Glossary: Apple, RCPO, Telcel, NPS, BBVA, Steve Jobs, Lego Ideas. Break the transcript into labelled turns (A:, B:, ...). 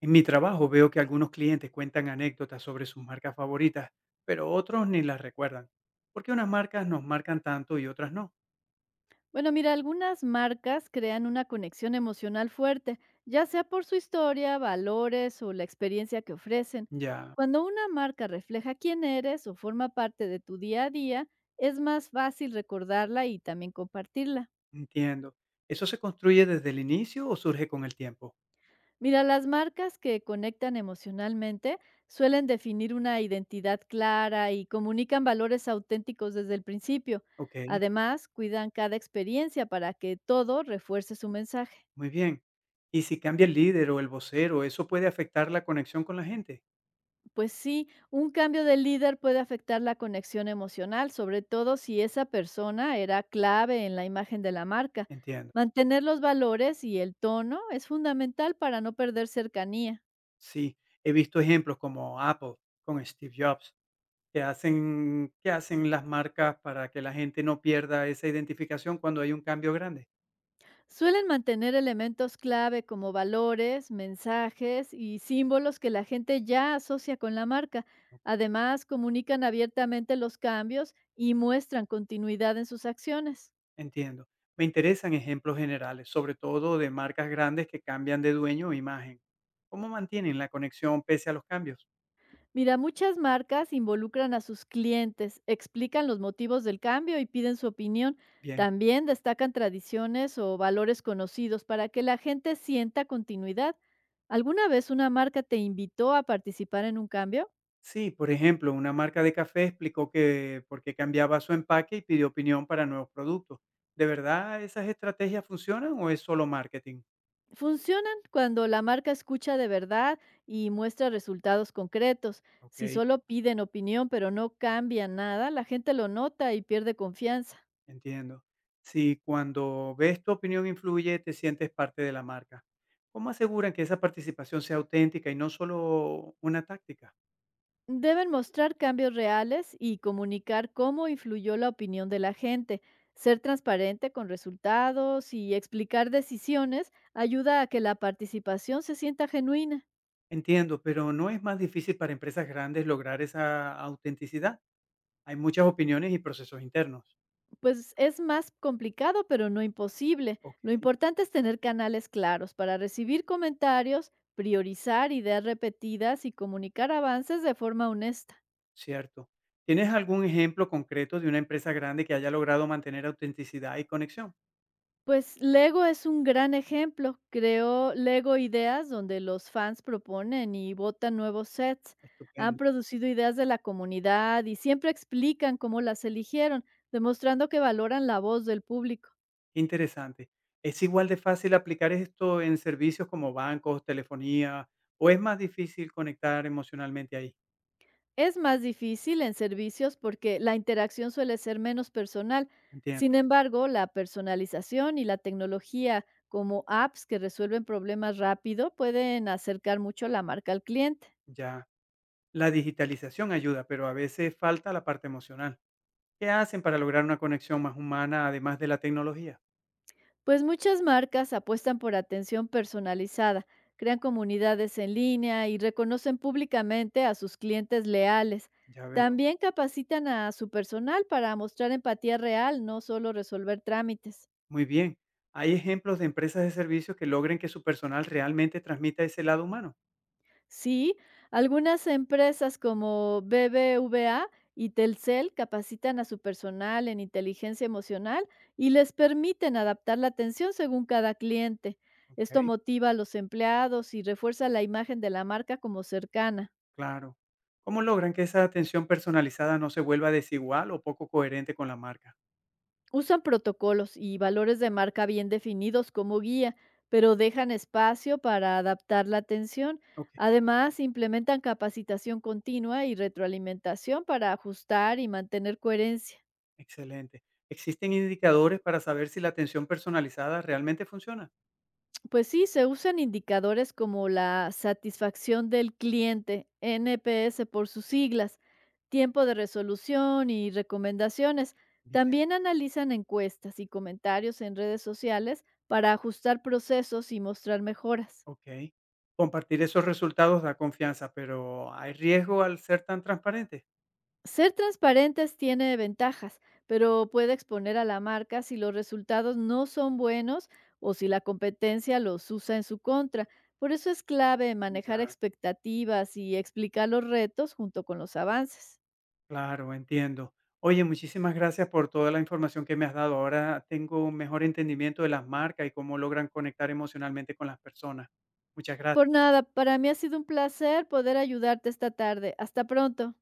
A: En mi trabajo veo que algunos clientes cuentan anécdotas sobre sus marcas favoritas, pero otros ni las recuerdan. ¿Por qué unas marcas nos marcan tanto y otras no?
B: Bueno, mira, algunas marcas crean una conexión emocional fuerte, ya sea por su historia, valores o la experiencia que ofrecen.
A: Ya,
B: Cuando una marca refleja quién eres o forma parte de tu día a día, es más fácil recordarla y también compartirla.
A: entiendo. ¿Eso se construye desde el inicio o surge con el tiempo?
B: Mira, las marcas que conectan emocionalmente suelen definir una identidad clara y comunican valores auténticos desde el principio.
A: Ok,
B: Además, cuidan cada experiencia para que todo refuerce su mensaje.
A: muy bien. ¿Y si cambia el líder o el vocero, eso puede afectar la conexión con la gente?
B: Pues sí, un cambio de líder puede afectar la conexión emocional, sobre todo si esa persona era clave en la imagen de la marca.
A: Entiendo.
B: Mantener los valores y el tono es fundamental para no perder cercanía.
A: Sí, he visto ejemplos como Apple con Steve Jobs, que hacen las marcas para que la gente no pierda esa identificación cuando hay un cambio grande.
B: Suelen mantener elementos clave como valores, mensajes y símbolos que la gente ya asocia con la marca. Además, comunican abiertamente los cambios y muestran continuidad en sus acciones.
A: Entiendo. Me interesan ejemplos generales, sobre todo de marcas grandes que cambian de dueño o imagen. ¿Cómo mantienen la conexión pese a los cambios?
B: Mira, muchas marcas involucran a sus clientes, explican los motivos del cambio y piden su opinión.
A: Bien.
B: También destacan tradiciones o valores conocidos para que la gente sienta continuidad. ¿Alguna vez una marca te invitó a participar en un cambio?
A: Sí, por ejemplo, una marca de café explicó que porque cambiaba su empaque y pidió opinión para nuevos productos. ¿De verdad esas estrategias funcionan o es solo marketing?
B: Funcionan cuando la marca escucha de verdad y muestra resultados concretos.
A: Ok,
B: Si solo piden opinión pero no cambia nada, la gente lo nota y pierde confianza.
A: entiendo. Si cuando ves tu opinión influye, te sientes parte de la marca. ¿Cómo aseguran que esa participación sea auténtica y no solo una táctica?
B: Deben mostrar cambios reales y comunicar cómo influyó la opinión de la gente. Ser transparente con resultados y explicar decisiones ayuda a que la participación se sienta genuina.
A: Entiendo, pero ¿no es más difícil para empresas grandes lograr esa autenticidad? Hay muchas opiniones y procesos internos.
B: Pues es más complicado, pero no imposible.
A: Ok,
B: Lo importante es tener canales claros para recibir comentarios, priorizar ideas repetidas y comunicar avances de forma honesta.
A: cierto. ¿Tienes algún ejemplo concreto de una empresa grande que haya logrado mantener autenticidad y conexión?
B: Pues Lego es un gran ejemplo. Creó Lego Ideas, donde los fans proponen y votan nuevos sets. Han
A: Estupendo,
B: producido ideas de la comunidad y siempre explican cómo las eligieron, demostrando que valoran la voz del público.
A: interesante. ¿Es igual de fácil aplicar esto en servicios como bancos, telefonía, o es más difícil conectar emocionalmente ahí?
B: Es más difícil en servicios porque la interacción suele ser menos personal.
A: Entiendo,
B: Sin embargo, la personalización y la tecnología como apps que resuelven problemas rápido pueden acercar mucho la marca al cliente.
A: ya. La digitalización ayuda, pero a veces falta la parte emocional. ¿Qué hacen para lograr una conexión más humana además de la tecnología?
B: Pues muchas marcas apuestan por atención personalizada, crean comunidades en línea y reconocen públicamente a sus clientes leales.
A: Ya veo.
B: También capacitan a su personal para mostrar empatía real, no solo resolver trámites.
A: Muy bien. ¿Hay ejemplos de empresas de servicios que logren que su personal realmente transmita ese lado humano?
B: Sí, algunas empresas como BBVA y Telcel capacitan a su personal en inteligencia emocional y les permiten adaptar la atención según cada cliente.
A: Ok,
B: Esto motiva a los empleados y refuerza la imagen de la marca como cercana.
A: claro. ¿Cómo logran que esa atención personalizada no se vuelva desigual o poco coherente con la marca?
B: Usan protocolos y valores de marca bien definidos como guía, pero dejan espacio para adaptar la atención.
A: Ok,
B: Además, implementan capacitación continua y retroalimentación para ajustar y mantener coherencia.
A: excelente. ¿Existen indicadores para saber si la atención personalizada realmente funciona?
B: Pues sí, se usan indicadores como la satisfacción del cliente, NPS por sus siglas, tiempo de resolución y recomendaciones.
A: Bien,
B: También analizan encuestas y comentarios en redes sociales para ajustar procesos y mostrar mejoras.
A: ok. Compartir esos resultados da confianza, pero ¿hay riesgo al ser tan transparente?
B: Ser transparentes tiene ventajas, pero puede exponer a la marca si los resultados no son buenos o si la competencia los usa en su contra. Por eso es clave manejar
A: Ya.
B: expectativas y explicar los retos junto con los avances.
A: Claro, entiendo. Oye, muchísimas gracias por toda la información que me has dado. Ahora tengo un mejor entendimiento de las marcas y cómo logran conectar emocionalmente con las personas. Muchas
B: Por
A: gracias.
B: nada, para mí ha sido un placer poder ayudarte esta tarde. Hasta pronto.